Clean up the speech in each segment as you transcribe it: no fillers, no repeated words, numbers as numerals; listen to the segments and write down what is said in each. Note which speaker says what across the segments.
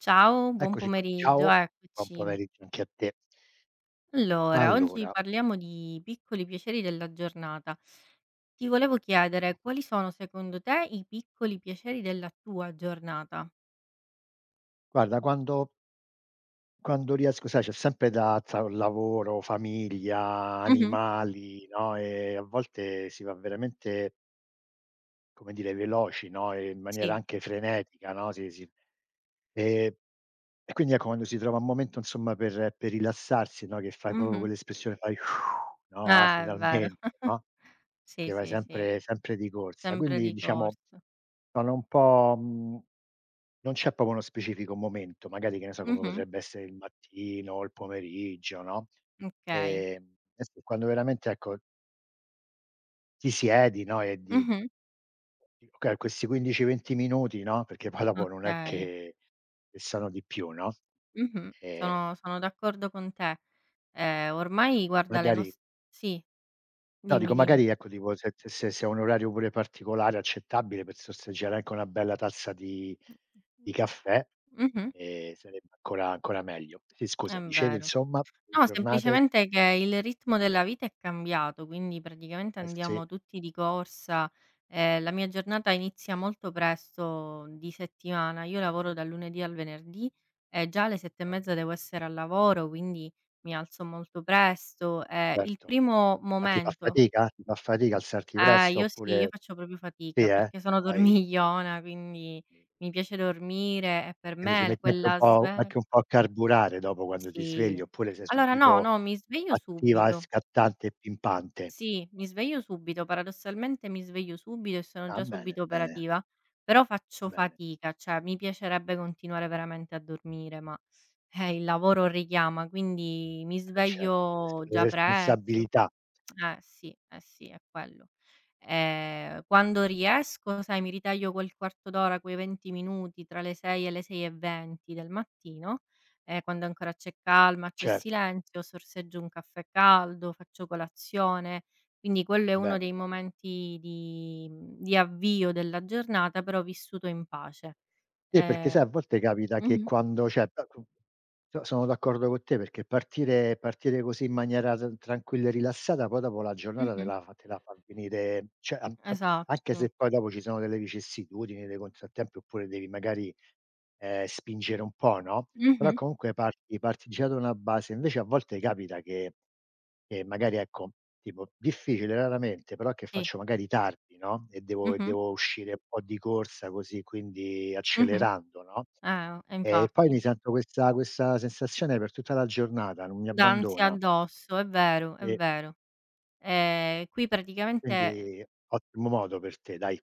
Speaker 1: Ciao, buon
Speaker 2: Eccoci qui,
Speaker 1: pomeriggio,
Speaker 2: ciao, buon
Speaker 1: eccoci.
Speaker 2: pomeriggio anche a te.
Speaker 1: Allora, oggi
Speaker 2: Allora,
Speaker 1: parliamo di piccoli piaceri della giornata. Ti volevo chiedere quali sono secondo te i piccoli piaceri della tua giornata?
Speaker 2: guarda quando riesco, sai, c'è sempre da, tra lavoro, famiglia,
Speaker 1: Mh-mh,
Speaker 2: animali, no, a volte si va veramente, come dire, veloci, no, e in maniera
Speaker 1: sì,
Speaker 2: anche frenetica, no, ehm, e quindi ecco, quando si trova un momento, insomma, per rilassarsi, no, che fai proprio
Speaker 1: mh-mh.
Speaker 2: quell'espressione, fai: "No, ah,
Speaker 1: Ah, è vero.
Speaker 2: finalmente", no,
Speaker 1: Sì,
Speaker 2: perché vai
Speaker 1: sì, sì,
Speaker 2: sempre di corsa.
Speaker 1: sempre
Speaker 2: Quindi
Speaker 1: di
Speaker 2: diciamo,
Speaker 1: corsa.
Speaker 2: sono un po' non c'è proprio uno specifico momento, magari, che ne so, come
Speaker 1: Mh-mh,
Speaker 2: potrebbe essere il mattino o il pomeriggio, no,
Speaker 1: okay.
Speaker 2: adesso quando veramente, ecco, ti siedi, no, e di.
Speaker 1: Mh-mh,
Speaker 2: Okay, questi 15, 20 minuti, no, perché poi dopo non è
Speaker 1: okay.
Speaker 2: che sanno di più, no,
Speaker 1: Mh-mh,
Speaker 2: ehm,
Speaker 1: sono d'accordo con te. Ormai guarda le
Speaker 2: magari
Speaker 1: nos sì,
Speaker 2: no, dico
Speaker 1: dimmi, dim
Speaker 2: magari, ecco, tipo se è un orario pure particolare, accettabile, per sorseggiare anche una bella tazza di caffè,
Speaker 1: mh-mh,
Speaker 2: sarebbe ancora meglio. Sì,
Speaker 1: è
Speaker 2: scusa, dicevi
Speaker 1: vero.
Speaker 2: insomma, le
Speaker 1: No,
Speaker 2: giornate,
Speaker 1: semplicemente che il ritmo della vita è cambiato, quindi praticamente
Speaker 2: eh sì,
Speaker 1: andiamo tutti di corsa. La mia giornata inizia molto presto di settimana. Io lavoro dal lunedì al venerdì e già alle 7 e mezza
Speaker 2: okay,
Speaker 1: devo essere al lavoro, quindi mi alzo molto presto. Il
Speaker 2: certo.
Speaker 1: primo
Speaker 2: Ma ti fa
Speaker 1: momento
Speaker 2: fatica? Ti fa fatica alzarti presto
Speaker 1: io sì, io
Speaker 2: oppure?
Speaker 1: faccio proprio
Speaker 2: Sì,
Speaker 1: fatica
Speaker 2: eh?
Speaker 1: perché sono
Speaker 2: Hai...
Speaker 1: dormigliona, quindi mi piace dormire. e per
Speaker 2: quindi ci
Speaker 1: me l
Speaker 2: metti anche un
Speaker 1: quella
Speaker 2: po'
Speaker 1: sve
Speaker 2: anche un po' a carburare dopo quando ti
Speaker 1: sì.
Speaker 2: svegli, oppure sei
Speaker 1: Allora no,
Speaker 2: subito
Speaker 1: no, mi sveglio
Speaker 2: attiva,
Speaker 1: subito.
Speaker 2: scattante e pimpante?
Speaker 1: Sì, mi sveglio subito, paradossalmente mi sveglio subito e sono
Speaker 2: Ah,
Speaker 1: già
Speaker 2: bene,
Speaker 1: subito
Speaker 2: bene,
Speaker 1: operativa, però faccio
Speaker 2: bene.
Speaker 1: fatica, cioè mi piacerebbe continuare veramente a dormire, ma il lavoro richiama, quindi mi
Speaker 2: Eh certo, le resp
Speaker 1: sveglio
Speaker 2: le
Speaker 1: già presto.
Speaker 2: responsabilità.
Speaker 1: Sì, eh sì, è quello. Quando riesco, sai, mi ritaglio quel quarto d'ora, quei 20 minuti tra le 6 e le 6:20 del mattino, quando ancora c'è calma, c'è
Speaker 2: Certo,
Speaker 1: silenzio, sorseggio un caffè caldo, faccio colazione, quindi quello è uno
Speaker 2: bene,
Speaker 1: dei
Speaker 2: bene.
Speaker 1: momenti di di avvio della giornata, però vissuto in pace.
Speaker 2: Sì, perché
Speaker 1: Ehm
Speaker 2: sai a volte capita che
Speaker 1: mh-mh,
Speaker 2: quando, cioè, so sono d'accordo con te, perché partire così in maniera tr tranquilla e rilassata, poi dopo la giornata te
Speaker 1: mh-mh,
Speaker 2: la fa te la fa venire, cioè a a, anche
Speaker 1: esatto.
Speaker 2: se poi dopo ci sono delle vicissitudini, dei contrattempi, oppure devi magari, spingere un po', no, però
Speaker 1: Mh-mh,
Speaker 2: comunque parti già da una base, invece a volte capita che magari, ecco, tipo difficile raramente, però che
Speaker 1: sì,
Speaker 2: faccio magari tardi, no, e devo e
Speaker 1: mh-mh,
Speaker 2: devo uscire un po' di corsa così, quindi
Speaker 1: mh-mh,
Speaker 2: accelerando, no,
Speaker 1: e
Speaker 2: e poi
Speaker 1: infatti.
Speaker 2: mi sento questa sensazione per tutta la giornata, non mi
Speaker 1: D'ansia
Speaker 2: abbandona.
Speaker 1: addosso, è vero, è
Speaker 2: E
Speaker 1: vero. Qui praticamente
Speaker 2: quindi ottimo modo per te, dai.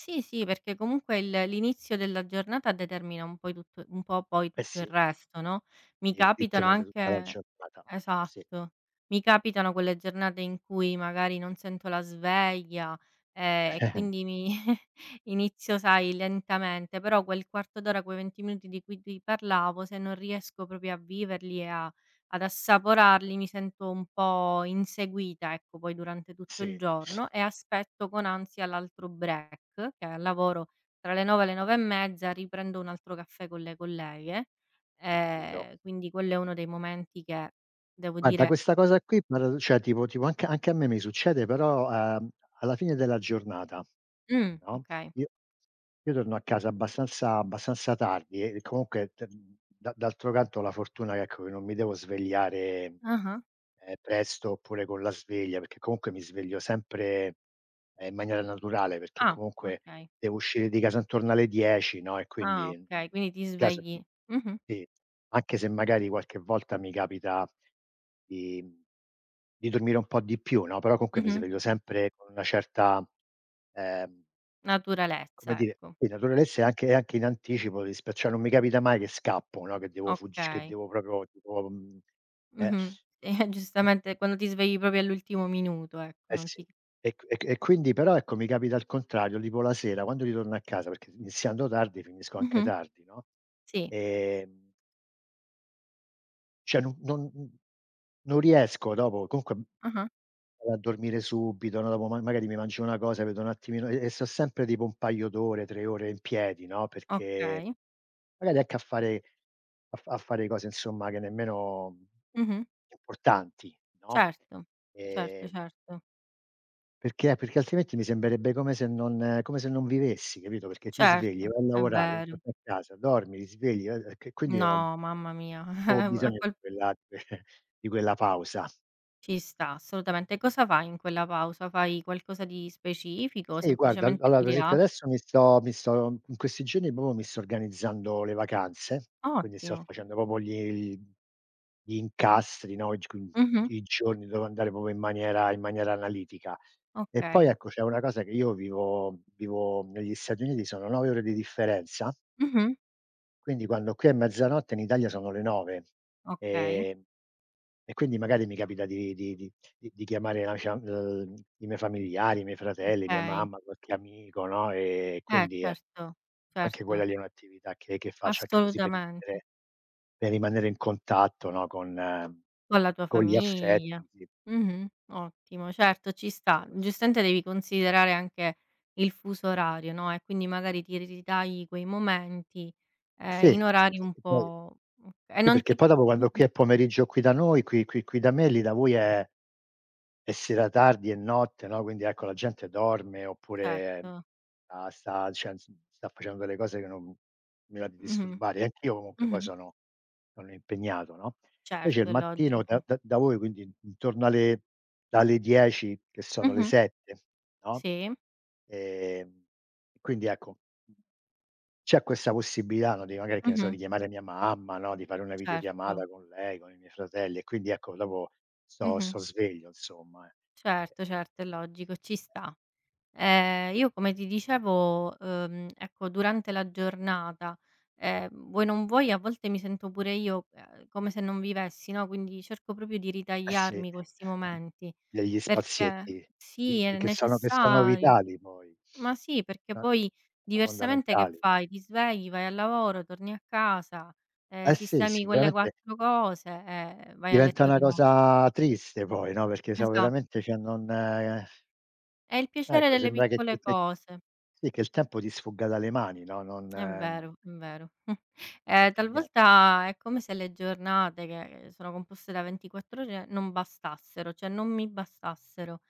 Speaker 1: sì, sì, perché comunque il l'inizio della giornata determina un poi tutto un po' poi
Speaker 2: Eh
Speaker 1: tutto il
Speaker 2: sì,
Speaker 1: resto, no, mi
Speaker 2: il
Speaker 1: capitano
Speaker 2: ritmo di tutta la
Speaker 1: anche
Speaker 2: giornata. Sì,
Speaker 1: esatto, mi capitano quelle giornate in cui magari non sento la sveglia, e quindi mi inizio, sai, lentamente, però quel quarto d'ora, quei 20 minuti di cui ti parlavo, se non riesco proprio a viverli e a ad assaporarli mi sento un po' inseguita, ecco, poi durante tutto il
Speaker 2: sì,
Speaker 1: giorno e aspetto con ansia l'altro break, che è al lavoro tra le 9 e le 9 e mezza riprendo un altro caffè con le colleghe,
Speaker 2: ho capito.
Speaker 1: quindi quello è uno dei momenti che devo
Speaker 2: Guarda,
Speaker 1: dire
Speaker 2: questa cosa qui, cioè tipo anche a me mi succede, però, alla fine della giornata, no,
Speaker 1: okay.
Speaker 2: io io torno a casa abbastanza tardi, e comunque t da d'altro canto ho la fortuna che, ecco, che non mi devo svegliare,
Speaker 1: Ah-ah.
Speaker 2: presto oppure con la sveglia, perché comunque mi sveglio sempre, in maniera naturale, perché
Speaker 1: Ah,
Speaker 2: comunque
Speaker 1: okay.
Speaker 2: devo uscire di casa intorno alle 10, no, e
Speaker 1: Ah,
Speaker 2: quindi
Speaker 1: okay, quindi ti
Speaker 2: in caso di...
Speaker 1: svegli mh-mh,
Speaker 2: sì. Anche se magari qualche volta mi capita di di dormire un po' di più, no, però comunque mi
Speaker 1: mh-mh,
Speaker 2: sveglio sempre con una certa, ehm come
Speaker 1: naturalezza,
Speaker 2: dire,
Speaker 1: ecco.
Speaker 2: sì, naturalezza, e anche in anticipo, rispe cioè non mi capita mai che scappo, no, che devo fuggic che
Speaker 1: Okay.
Speaker 2: devo proprio tipo, eh,
Speaker 1: Mh-mh. E
Speaker 2: mh,
Speaker 1: giustamente quando ti svegli proprio all'ultimo minuto, ecco,
Speaker 2: eh
Speaker 1: non ti
Speaker 2: sì. E quindi però, ecco, mi capita al contrario, tipo la sera quando ritorno a casa, perché iniziando tardi finisco anche
Speaker 1: mh-mh.
Speaker 2: tardi, no,
Speaker 1: Sì.
Speaker 2: ehm cioè non riesco, dopo comunque
Speaker 1: Ah-ah.
Speaker 2: vado a dormire subito, no, dopo, ma magari mi mangio una cosa, vedo un attimino e sto sempre tipo un paio d'ore, 3 ore in piedi, no, perché
Speaker 1: Okay.
Speaker 2: magari anche a fare a fare cose, insomma, che nemmeno
Speaker 1: Mh-mh.
Speaker 2: importanti, no,
Speaker 1: Certo. Certo,
Speaker 2: ehm
Speaker 1: certo.
Speaker 2: perché altrimenti mi sembrerebbe come se non vivessi, capito, perché ti svegli,
Speaker 1: Certo,
Speaker 2: vai a
Speaker 1: è
Speaker 2: lavorare, poi
Speaker 1: vero.
Speaker 2: torni a casa, dormi, ti svegli, vai, che quindi ho...
Speaker 1: No, mamma mia.
Speaker 2: ho
Speaker 1: A
Speaker 2: bisogno
Speaker 1: quel
Speaker 2: di quella pausa.
Speaker 1: ci sta, assolutamente. E cosa fai in quella pausa? Fai qualcosa di specifico?
Speaker 2: Sì, guarda, al
Speaker 1: Semplicemente
Speaker 2: allora
Speaker 1: ti
Speaker 2: per
Speaker 1: rilassa?
Speaker 2: esempio adesso mi sto in questi giorni proprio mi sto organizzando le vacanze, quindi sto
Speaker 1: Ottimo.
Speaker 2: facendo proprio gli incastri, no, i g
Speaker 1: Mh-mh.
Speaker 2: i i giorni dove andare proprio in maniera analitica. E poi
Speaker 1: Okay.
Speaker 2: ecco, c'è una cosa: che io vivo negli Stati Uniti, sono 9 ore di differenza,
Speaker 1: Mh-mh.
Speaker 2: quindi quando qui è mezzanotte in Italia sono le 9,
Speaker 1: Okay.
Speaker 2: ehm, e quindi magari mi capita di chiamare, la cioè, i miei familiari, i miei fratelli, mia
Speaker 1: Okay.
Speaker 2: mamma, qualche amico, no, e quindi
Speaker 1: Certo,
Speaker 2: ecco, anche
Speaker 1: certo.
Speaker 2: quella lì è un'attività che faccio anche così per
Speaker 1: Assolutamente.
Speaker 2: rimanere, per rimanere in contatto, no,
Speaker 1: Con la tua
Speaker 2: con gli
Speaker 1: famiglia.
Speaker 2: affetti, sì,
Speaker 1: Mh-mh. Ottimo,
Speaker 2: sì,
Speaker 1: certo, ci
Speaker 2: sì,
Speaker 1: sta.
Speaker 2: così.
Speaker 1: Giustamente devi considerare anche il fuso orario, no, e quindi magari ti ritagli quei momenti,
Speaker 2: Sì,
Speaker 1: in
Speaker 2: sì,
Speaker 1: orari
Speaker 2: sì,
Speaker 1: un
Speaker 2: e poi
Speaker 1: po' e
Speaker 2: sì,
Speaker 1: non
Speaker 2: perché
Speaker 1: ti
Speaker 2: poi dopo quando
Speaker 1: mh-mh,
Speaker 2: qui è pomeriggio qui da noi, qui da me, lì da voi è sera tardi, è notte, no, quindi ecco, la gente dorme, oppure
Speaker 1: certo.
Speaker 2: sta cioè ins sta facendo delle cose che non mi va di
Speaker 1: Mh-mh,
Speaker 2: disturbare. E anch'io comunque poi
Speaker 1: mh-mh.
Speaker 2: sono, sono impegnato, no, invece
Speaker 1: Certo,
Speaker 2: il
Speaker 1: è
Speaker 2: mattino da
Speaker 1: logico.
Speaker 2: da da voi, quindi intorno alle, dalle 10 che sono le
Speaker 1: Mh-mh,
Speaker 2: 7, no,
Speaker 1: sì.
Speaker 2: ehm, quindi ecco, c'è questa possibilità, no, di magari, che ne so,
Speaker 1: Mh-mh,
Speaker 2: di chiamare mia mamma, no, di fare una
Speaker 1: certo.
Speaker 2: videochiamata con lei, con i miei fratelli, e quindi ecco dopo sto
Speaker 1: Mh-mh.
Speaker 2: sto sveglio, insomma, eh.
Speaker 1: Certo, certo, è logico, ci sta. Io come ti dicevo, ecco durante la giornata, vuoi non vuoi a volte mi sento pure io, come se non vivessi, no, quindi cerco proprio di
Speaker 2: Eh sì,
Speaker 1: ritagliarmi questi
Speaker 2: eh.
Speaker 1: momenti,
Speaker 2: Degli
Speaker 1: perché
Speaker 2: spazietti di
Speaker 1: sì,
Speaker 2: che
Speaker 1: è
Speaker 2: che sono, che sono
Speaker 1: necessario.
Speaker 2: vitali poi.
Speaker 1: Ma sì, perché
Speaker 2: Eh.
Speaker 1: poi diversamente che
Speaker 2: Fondamentali.
Speaker 1: fai? Ti svegli, vai al lavoro, torni a casa,
Speaker 2: Eh sì,
Speaker 1: sistemi
Speaker 2: sì,
Speaker 1: quelle
Speaker 2: veramente
Speaker 1: 4 cose e vai a
Speaker 2: diventa
Speaker 1: letto
Speaker 2: una
Speaker 1: di nuovo.
Speaker 2: cosa triste poi, no, perché so
Speaker 1: Esa
Speaker 2: veramente cioè non
Speaker 1: è il piacere
Speaker 2: ecco
Speaker 1: delle
Speaker 2: sembra che
Speaker 1: piccole
Speaker 2: che che
Speaker 1: cose.
Speaker 2: sì, che il tempo ti sfugga dalle mani, no, non
Speaker 1: È
Speaker 2: non
Speaker 1: vero, è vero.
Speaker 2: fa
Speaker 1: Ehm,
Speaker 2: più niente.
Speaker 1: talvolta è come se le giornate che sono composte da 24 ore non bastassero, cioè non mi bastassero.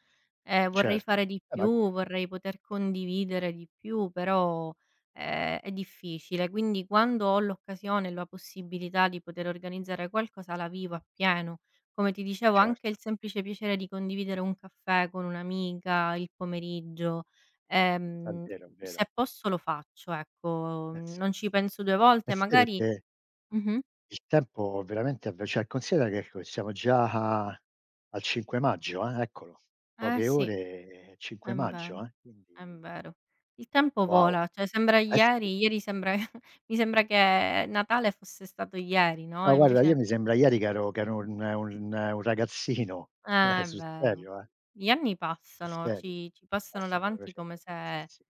Speaker 1: Vorrei
Speaker 2: Certo.
Speaker 1: fare di
Speaker 2: Ma
Speaker 1: più, vorrei poter condividere di più, però, è difficile. Quindi quando ho l'occasione e la possibilità di poter organizzare qualcosa la vivo appieno. Come ti dicevo, anche il
Speaker 2: certo,
Speaker 1: semplice piacere di condividere un caffè con un'amica il pomeriggio,
Speaker 2: è
Speaker 1: ehm,
Speaker 2: vero, è
Speaker 1: se
Speaker 2: vero.
Speaker 1: posso lo faccio, ecco,
Speaker 2: Eh sì.
Speaker 1: non ci penso 2
Speaker 2: Eh
Speaker 1: volte,
Speaker 2: sì,
Speaker 1: magari
Speaker 2: perché
Speaker 1: mh-mh,
Speaker 2: il tempo veramente è ve cioè considera che ecco, siamo già al 5 maggio, eccolo.
Speaker 1: eh
Speaker 2: Poche
Speaker 1: sì,
Speaker 2: ore e
Speaker 1: è
Speaker 2: 5
Speaker 1: vero.
Speaker 2: maggio,
Speaker 1: È
Speaker 2: quindi
Speaker 1: vero. Il tempo
Speaker 2: wow.
Speaker 1: vola, cioè sembra
Speaker 2: Eh sì.
Speaker 1: ieri, ieri sembra mi sembra che Natale fosse stato ieri, no,
Speaker 2: No,
Speaker 1: e
Speaker 2: guarda, io
Speaker 1: invece
Speaker 2: mi sembra ieri che ero, che ero un un ragazzino,
Speaker 1: è
Speaker 2: sul
Speaker 1: vero.
Speaker 2: serio,
Speaker 1: Gli anni
Speaker 2: sul
Speaker 1: passano,
Speaker 2: serio.
Speaker 1: ci passano
Speaker 2: Passano
Speaker 1: davanti come
Speaker 2: velocemente, sì,
Speaker 1: se
Speaker 2: sì.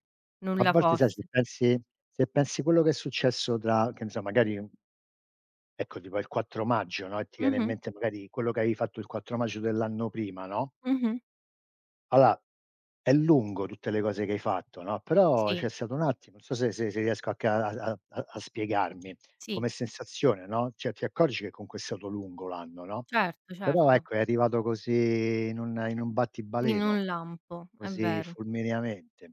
Speaker 2: A
Speaker 1: nulla
Speaker 2: volte sai, se
Speaker 1: fosse.
Speaker 2: pensi, se pensi quello che è successo, tra che ne so, magari, ecco, tipo il 4 maggio, no, e ti viene in
Speaker 1: Mh-mh,
Speaker 2: mente magari quello che avevi fatto il 4 maggio dell'anno prima, no,
Speaker 1: mh-mh.
Speaker 2: allora è lungo, tutte le cose che hai fatto, no, però
Speaker 1: Sì,
Speaker 2: c'è stato un attimo, non so se se riesco a ca a a a spiegarmi
Speaker 1: sì,
Speaker 2: come sensazione, no, cioè ti accorgi che comunque è stato lungo l'anno, no,
Speaker 1: certo,
Speaker 2: però
Speaker 1: certo.
Speaker 2: ecco, è arrivato così in un
Speaker 1: In
Speaker 2: battibaleno,
Speaker 1: un lampo, è
Speaker 2: così
Speaker 1: vero,
Speaker 2: fulmineamente.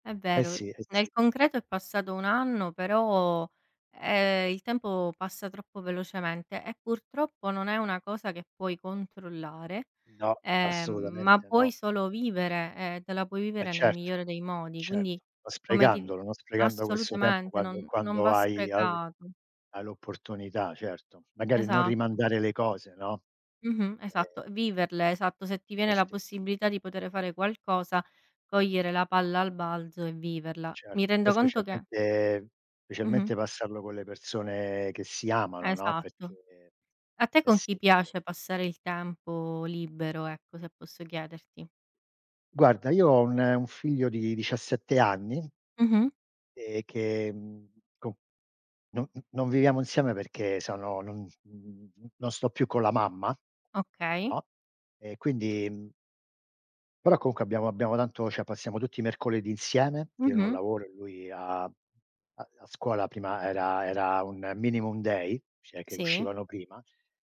Speaker 1: è
Speaker 2: Eh
Speaker 1: vero.
Speaker 2: sì, eh
Speaker 1: Nel
Speaker 2: sì.
Speaker 1: concreto è passato un anno, però, il tempo passa troppo velocemente e purtroppo non è una cosa che puoi controllare.
Speaker 2: No,
Speaker 1: Ehm, ma
Speaker 2: assolutamente
Speaker 1: puoi
Speaker 2: no.
Speaker 1: solo vivere, e te la puoi
Speaker 2: Eh
Speaker 1: vivere nel
Speaker 2: certo.
Speaker 1: migliore dei modi, quindi
Speaker 2: Certo, ma
Speaker 1: come ti
Speaker 2: sprecandolo, non sprecando questo tempo
Speaker 1: assolutamente,
Speaker 2: quando
Speaker 1: non
Speaker 2: quando
Speaker 1: va
Speaker 2: hai al
Speaker 1: sprecato.
Speaker 2: hai l'opportunità, certo. Magari non
Speaker 1: Esatto.
Speaker 2: rimandare le cose, no,
Speaker 1: Mh-mh, esatto.
Speaker 2: ehm,
Speaker 1: Viverle, esatto, se ti viene
Speaker 2: eh
Speaker 1: la
Speaker 2: sì,
Speaker 1: possibilità di potere fare qualcosa, cogliere la palla al balzo e viverla. Mi
Speaker 2: certo.
Speaker 1: rendo
Speaker 2: Poi
Speaker 1: conto che
Speaker 2: specialmente
Speaker 1: mh-mh,
Speaker 2: specialmente passarlo con le persone che si amano, no,
Speaker 1: esatto.
Speaker 2: perché
Speaker 1: A te
Speaker 2: eh
Speaker 1: con
Speaker 2: sì,
Speaker 1: chi
Speaker 2: è ve
Speaker 1: piace passare il tempo libero, ecco, se posso chiederti?
Speaker 2: guarda, io ho un figlio di 17 anni,
Speaker 1: Mh-mh,
Speaker 2: che, mhmm, co non n non viviamo insieme, perché sono non, non sto più con la mamma,
Speaker 1: okay.
Speaker 2: no, e quindi però comunque abbiamo tanto, cioè passiamo tutti i mercoledì insieme, che io non
Speaker 1: Mh-mh,
Speaker 2: lavoro e lui ha a scuola prima era un minimum day, cioè che
Speaker 1: sì,
Speaker 2: uscivano prima,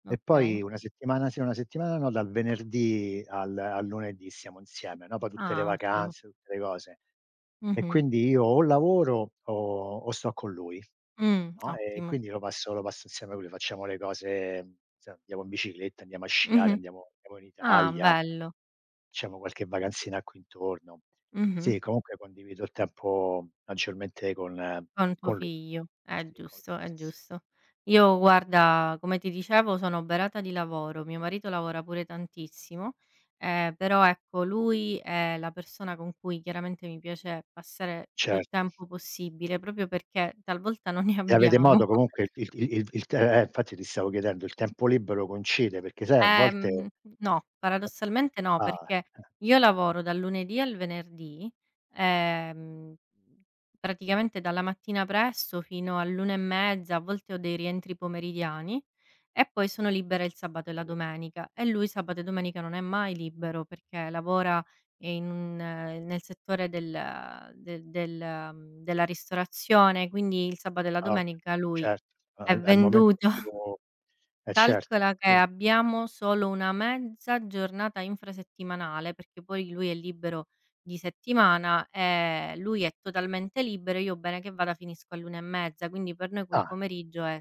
Speaker 2: e
Speaker 1: okay.
Speaker 2: poi una settimana sì, una settimana no, dal venerdì al lunedì siamo insieme, no, poi tutte le
Speaker 1: Ah, ottimo.
Speaker 2: vacanze, tutte le cose. E
Speaker 1: Mh-mh.
Speaker 2: quindi io o lavoro o sto con lui, no, e
Speaker 1: Ottimo.
Speaker 2: quindi lo passo insieme a lui, facciamo le cose, se andiamo in bicicletta, andiamo a sciare,
Speaker 1: Mh-mh.
Speaker 2: andiamo in
Speaker 1: Ah,
Speaker 2: Italia,
Speaker 1: bello.
Speaker 2: facciamo qualche vacanzina qui intorno.
Speaker 1: Mh-mh.
Speaker 2: Sì, comunque condivido il tempo maggiormente con
Speaker 1: Con tuo
Speaker 2: lui.
Speaker 1: figlio. È
Speaker 2: Sì, con
Speaker 1: giusto,
Speaker 2: lui,
Speaker 1: è
Speaker 2: sì, sì.
Speaker 1: giusto. Io guarda, come ti dicevo, sono oberata di lavoro. Mio marito lavora pure tantissimo, però ecco, lui è la persona con cui chiaramente mi piace passare più
Speaker 2: Certo.
Speaker 1: tempo possibile, proprio perché talvolta non ne
Speaker 2: E avete modo
Speaker 1: abbiamo.
Speaker 2: comunque, il t infatti ti stavo chiedendo, il tempo libero coincide? Perché sai a volte...
Speaker 1: Ehm, no, paradossalmente no,
Speaker 2: ah,
Speaker 1: perché io lavoro dal lunedì al venerdì, ehm, praticamente dalla mattina presto fino all'1 e mezza, a volte ho dei rientri pomeridiani e poi sono libera il sabato e la
Speaker 2: capito.
Speaker 1: domenica. E lui sabato e domenica non è mai libero perché lavora in un nel settore del del del della ristorazione, quindi il sabato e la
Speaker 2: Ah, ho
Speaker 1: domenica
Speaker 2: capito,
Speaker 1: lui
Speaker 2: certo,
Speaker 1: è
Speaker 2: al momento
Speaker 1: venduto.
Speaker 2: più, eh certo,
Speaker 1: Calcola che
Speaker 2: quindi,
Speaker 1: abbiamo solo una mezza giornata infrasettimanale, perché poi lui è libero di settimana, lui è totalmente libero, io bene che vada finisco all'una e mezza, quindi per noi quel
Speaker 2: ah,
Speaker 1: pomeriggio è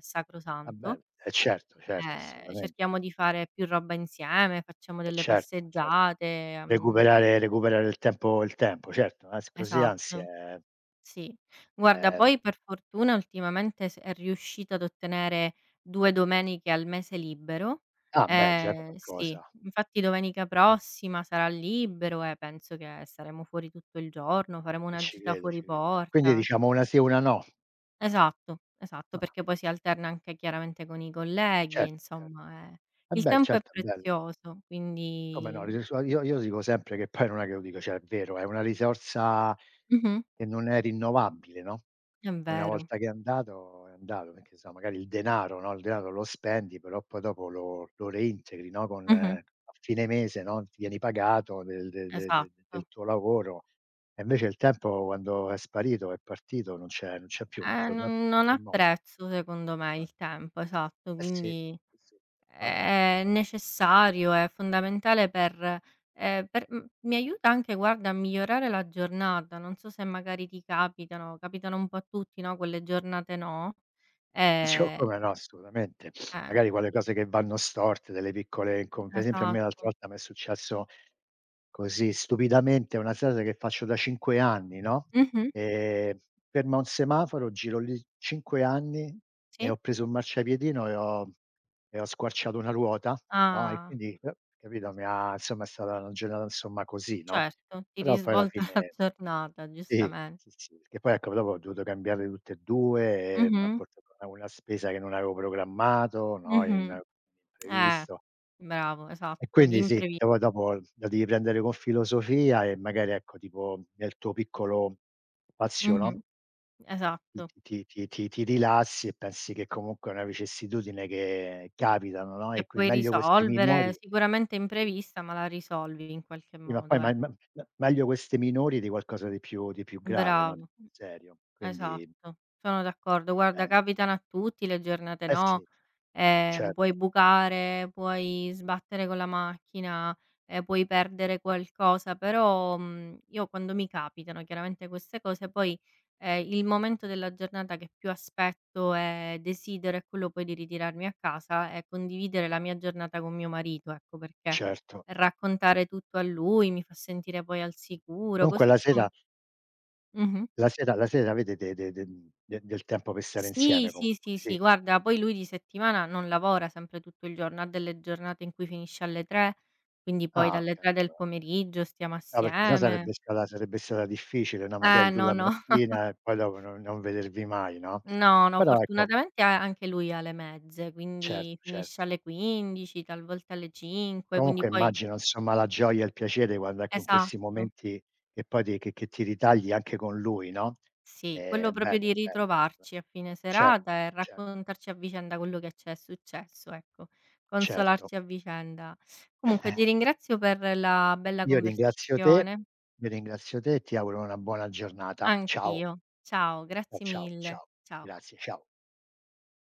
Speaker 2: va
Speaker 1: sacrosanto.
Speaker 2: bene, eh certo, certo,
Speaker 1: Cerchiamo
Speaker 2: assolutamente,
Speaker 1: di fare più roba insieme, facciamo
Speaker 2: eh
Speaker 1: delle
Speaker 2: certo, certo.
Speaker 1: passeggiate, mhmm
Speaker 2: Recuperare il tempo, il tempo, certo, ans così, anzi
Speaker 1: esatto.
Speaker 2: è
Speaker 1: Sì. Guarda,
Speaker 2: è
Speaker 1: poi per fortuna ultimamente s è riuscita ad ottenere 2 domeniche al mese libero.
Speaker 2: ah beh, già è
Speaker 1: Sì,
Speaker 2: qualcosa,
Speaker 1: infatti domenica prossima sarà libero e penso che saremo fuori tutto il giorno, faremo
Speaker 2: e
Speaker 1: una
Speaker 2: ci
Speaker 1: gita
Speaker 2: credo,
Speaker 1: fuori
Speaker 2: ci credo. Quindi
Speaker 1: porta.
Speaker 2: diciamo, una sì e una no.
Speaker 1: Esatto, esatto,
Speaker 2: Ah,
Speaker 1: perché poi si alterna anche chiaramente con i colleghi,
Speaker 2: certo, certo.
Speaker 1: insomma,
Speaker 2: Eh
Speaker 1: il
Speaker 2: beh,
Speaker 1: tempo è
Speaker 2: certo, è bello.
Speaker 1: prezioso,
Speaker 2: Come no,
Speaker 1: quindi
Speaker 2: ris io, dico sempre che poi non è che lo dico, cioè è vero, è una risorsa
Speaker 1: mh-mh,
Speaker 2: che non è rinnovabile, no,
Speaker 1: è
Speaker 2: una
Speaker 1: vero.
Speaker 2: volta che è andato, perché so, magari il denaro, no, il denaro lo spendi, però poi dopo lo reintegri, no, con
Speaker 1: Mh-mh,
Speaker 2: a fine mese, no, ti vieni pagato del de de de del
Speaker 1: esatto.
Speaker 2: tuo lavoro. E invece il tempo quando è sparito, è partito, non c'è più, non torna più,
Speaker 1: Non
Speaker 2: non
Speaker 1: non
Speaker 2: c'è
Speaker 1: ha
Speaker 2: modo.
Speaker 1: prezzo secondo me
Speaker 2: No.
Speaker 1: il tempo, esatto,
Speaker 2: Eh sì,
Speaker 1: quindi
Speaker 2: sì, sì, infatti.
Speaker 1: è necessario, è fondamentale mi aiuta anche guarda a migliorare la giornata, non so se magari ti capitano, capitano un po' a tutti, no, quelle giornate no,
Speaker 2: Sì, o
Speaker 1: ehm
Speaker 2: come no, assolutamente.
Speaker 1: eh,
Speaker 2: Magari quelle cose che vanno storte, delle piccole incom per esempio a me l'altra
Speaker 1: esatto.
Speaker 2: volta m'è successo, così stupidamente, è una strada che faccio da 5 anni, no,
Speaker 1: Mh-mh,
Speaker 2: ehm, ferma un semaforo, giro lì 5 anni, e
Speaker 1: sì.
Speaker 2: ho preso un marciapiedino, e ho squarciato una ruota. No, e
Speaker 1: Ah,
Speaker 2: quindi, capito, mi ha insomma, è stata una giornata insomma così, no,
Speaker 1: certo, ti
Speaker 2: però poi alla
Speaker 1: risvolta la
Speaker 2: fine
Speaker 1: giornata
Speaker 2: sì,
Speaker 1: giustamente.
Speaker 2: sì, sì, che poi ecco dopo ho dovuto cambiarle tutte e 2, e m'ha
Speaker 1: Mh-mh,
Speaker 2: portato a una spesa che non avevo programmato, no, in
Speaker 1: mh-mh.
Speaker 2: un
Speaker 1: Eh,
Speaker 2: imprevisto.
Speaker 1: bravo,
Speaker 2: E
Speaker 1: esatto, gli
Speaker 2: quindi sì, e
Speaker 1: imprevi
Speaker 2: poi dopo la devi prendere con filosofia, e magari ecco, tipo nel tuo piccolo spazio,
Speaker 1: mh-mh.
Speaker 2: no,
Speaker 1: Esatto,
Speaker 2: ti rilassi e pensi che comunque è una vicissitudine che capitano, no, e
Speaker 1: che
Speaker 2: qui
Speaker 1: puoi
Speaker 2: meglio queste
Speaker 1: risolvere,
Speaker 2: minori.
Speaker 1: sicuramente imprevista, ma la risolvi in qualche
Speaker 2: Sì, ma
Speaker 1: modo,
Speaker 2: poi ma
Speaker 1: ecco.
Speaker 2: me meglio queste minori di qualcosa di più grave, no, di
Speaker 1: Bravo.
Speaker 2: più serio. Quindi
Speaker 1: Esatto, sono d'accordo. Guarda,
Speaker 2: bene.
Speaker 1: capitano a tutti le giornate
Speaker 2: Eh
Speaker 1: no,
Speaker 2: sì, cer
Speaker 1: puoi bucare, puoi sbattere con la macchina, puoi perdere qualcosa, però, io quando mi capitano chiaramente queste cose poi, il momento della giornata che più aspetto e desidero è quello poi di ritirarmi a casa e condividere la mia giornata con mio marito, ecco perché
Speaker 2: certo.
Speaker 1: raccontare tutto a lui mi fa sentire poi al sicuro,
Speaker 2: Comunque
Speaker 1: così
Speaker 2: la sera,
Speaker 1: come mh-mh.
Speaker 2: la sera avete de de de mhmm, de del tempo per stare
Speaker 1: Sì,
Speaker 2: insieme
Speaker 1: sì,
Speaker 2: comunque,
Speaker 1: sì,
Speaker 2: sì?
Speaker 1: sì, guarda poi lui di settimana non lavora sempre tutto il giorno, ha delle giornate in cui finisce alle 3, quindi poi
Speaker 2: Ah,
Speaker 1: dalle
Speaker 2: okay.
Speaker 1: 3 del pomeriggio stiamo
Speaker 2: No, perché se no
Speaker 1: assieme.
Speaker 2: sarebbe stata, sarebbe stata difficile, no,
Speaker 1: Eh
Speaker 2: magari tu
Speaker 1: no,
Speaker 2: la
Speaker 1: no,
Speaker 2: mattina e poi dopo non, non vedervi mai, no?
Speaker 1: no, no,
Speaker 2: Però ecco
Speaker 1: fortunatamente a anche lui ha le mezze,
Speaker 2: certo,
Speaker 1: quindi
Speaker 2: cer
Speaker 1: finisce alle 15, talvolta alle 5, quindi
Speaker 2: comunque
Speaker 1: poi
Speaker 2: immagino insomma la gioia e il piacere quando ecco in questi
Speaker 1: esatto.
Speaker 2: momenti che poi ti che ti ritagli anche con lui, no,
Speaker 1: Sì, quello proprio
Speaker 2: bello,
Speaker 1: di
Speaker 2: bello.
Speaker 1: ritrovarci a fine serata
Speaker 2: Certo,
Speaker 1: e raccontarci a vicenda quello che c'è successo, ecco,
Speaker 2: certo.
Speaker 1: consolarci a vicenda. Comunque
Speaker 2: Eh,
Speaker 1: ti ringrazio per la bella
Speaker 2: io ringrazio te,
Speaker 1: conversazione.
Speaker 2: io ringrazio te e ti auguro una buona giornata. Ciao,
Speaker 1: Anch'io. Ciao,
Speaker 2: ciao,
Speaker 1: grazie
Speaker 2: ciao,
Speaker 1: mille.
Speaker 2: ciao.
Speaker 1: Ciao.
Speaker 2: Grazie, ciao.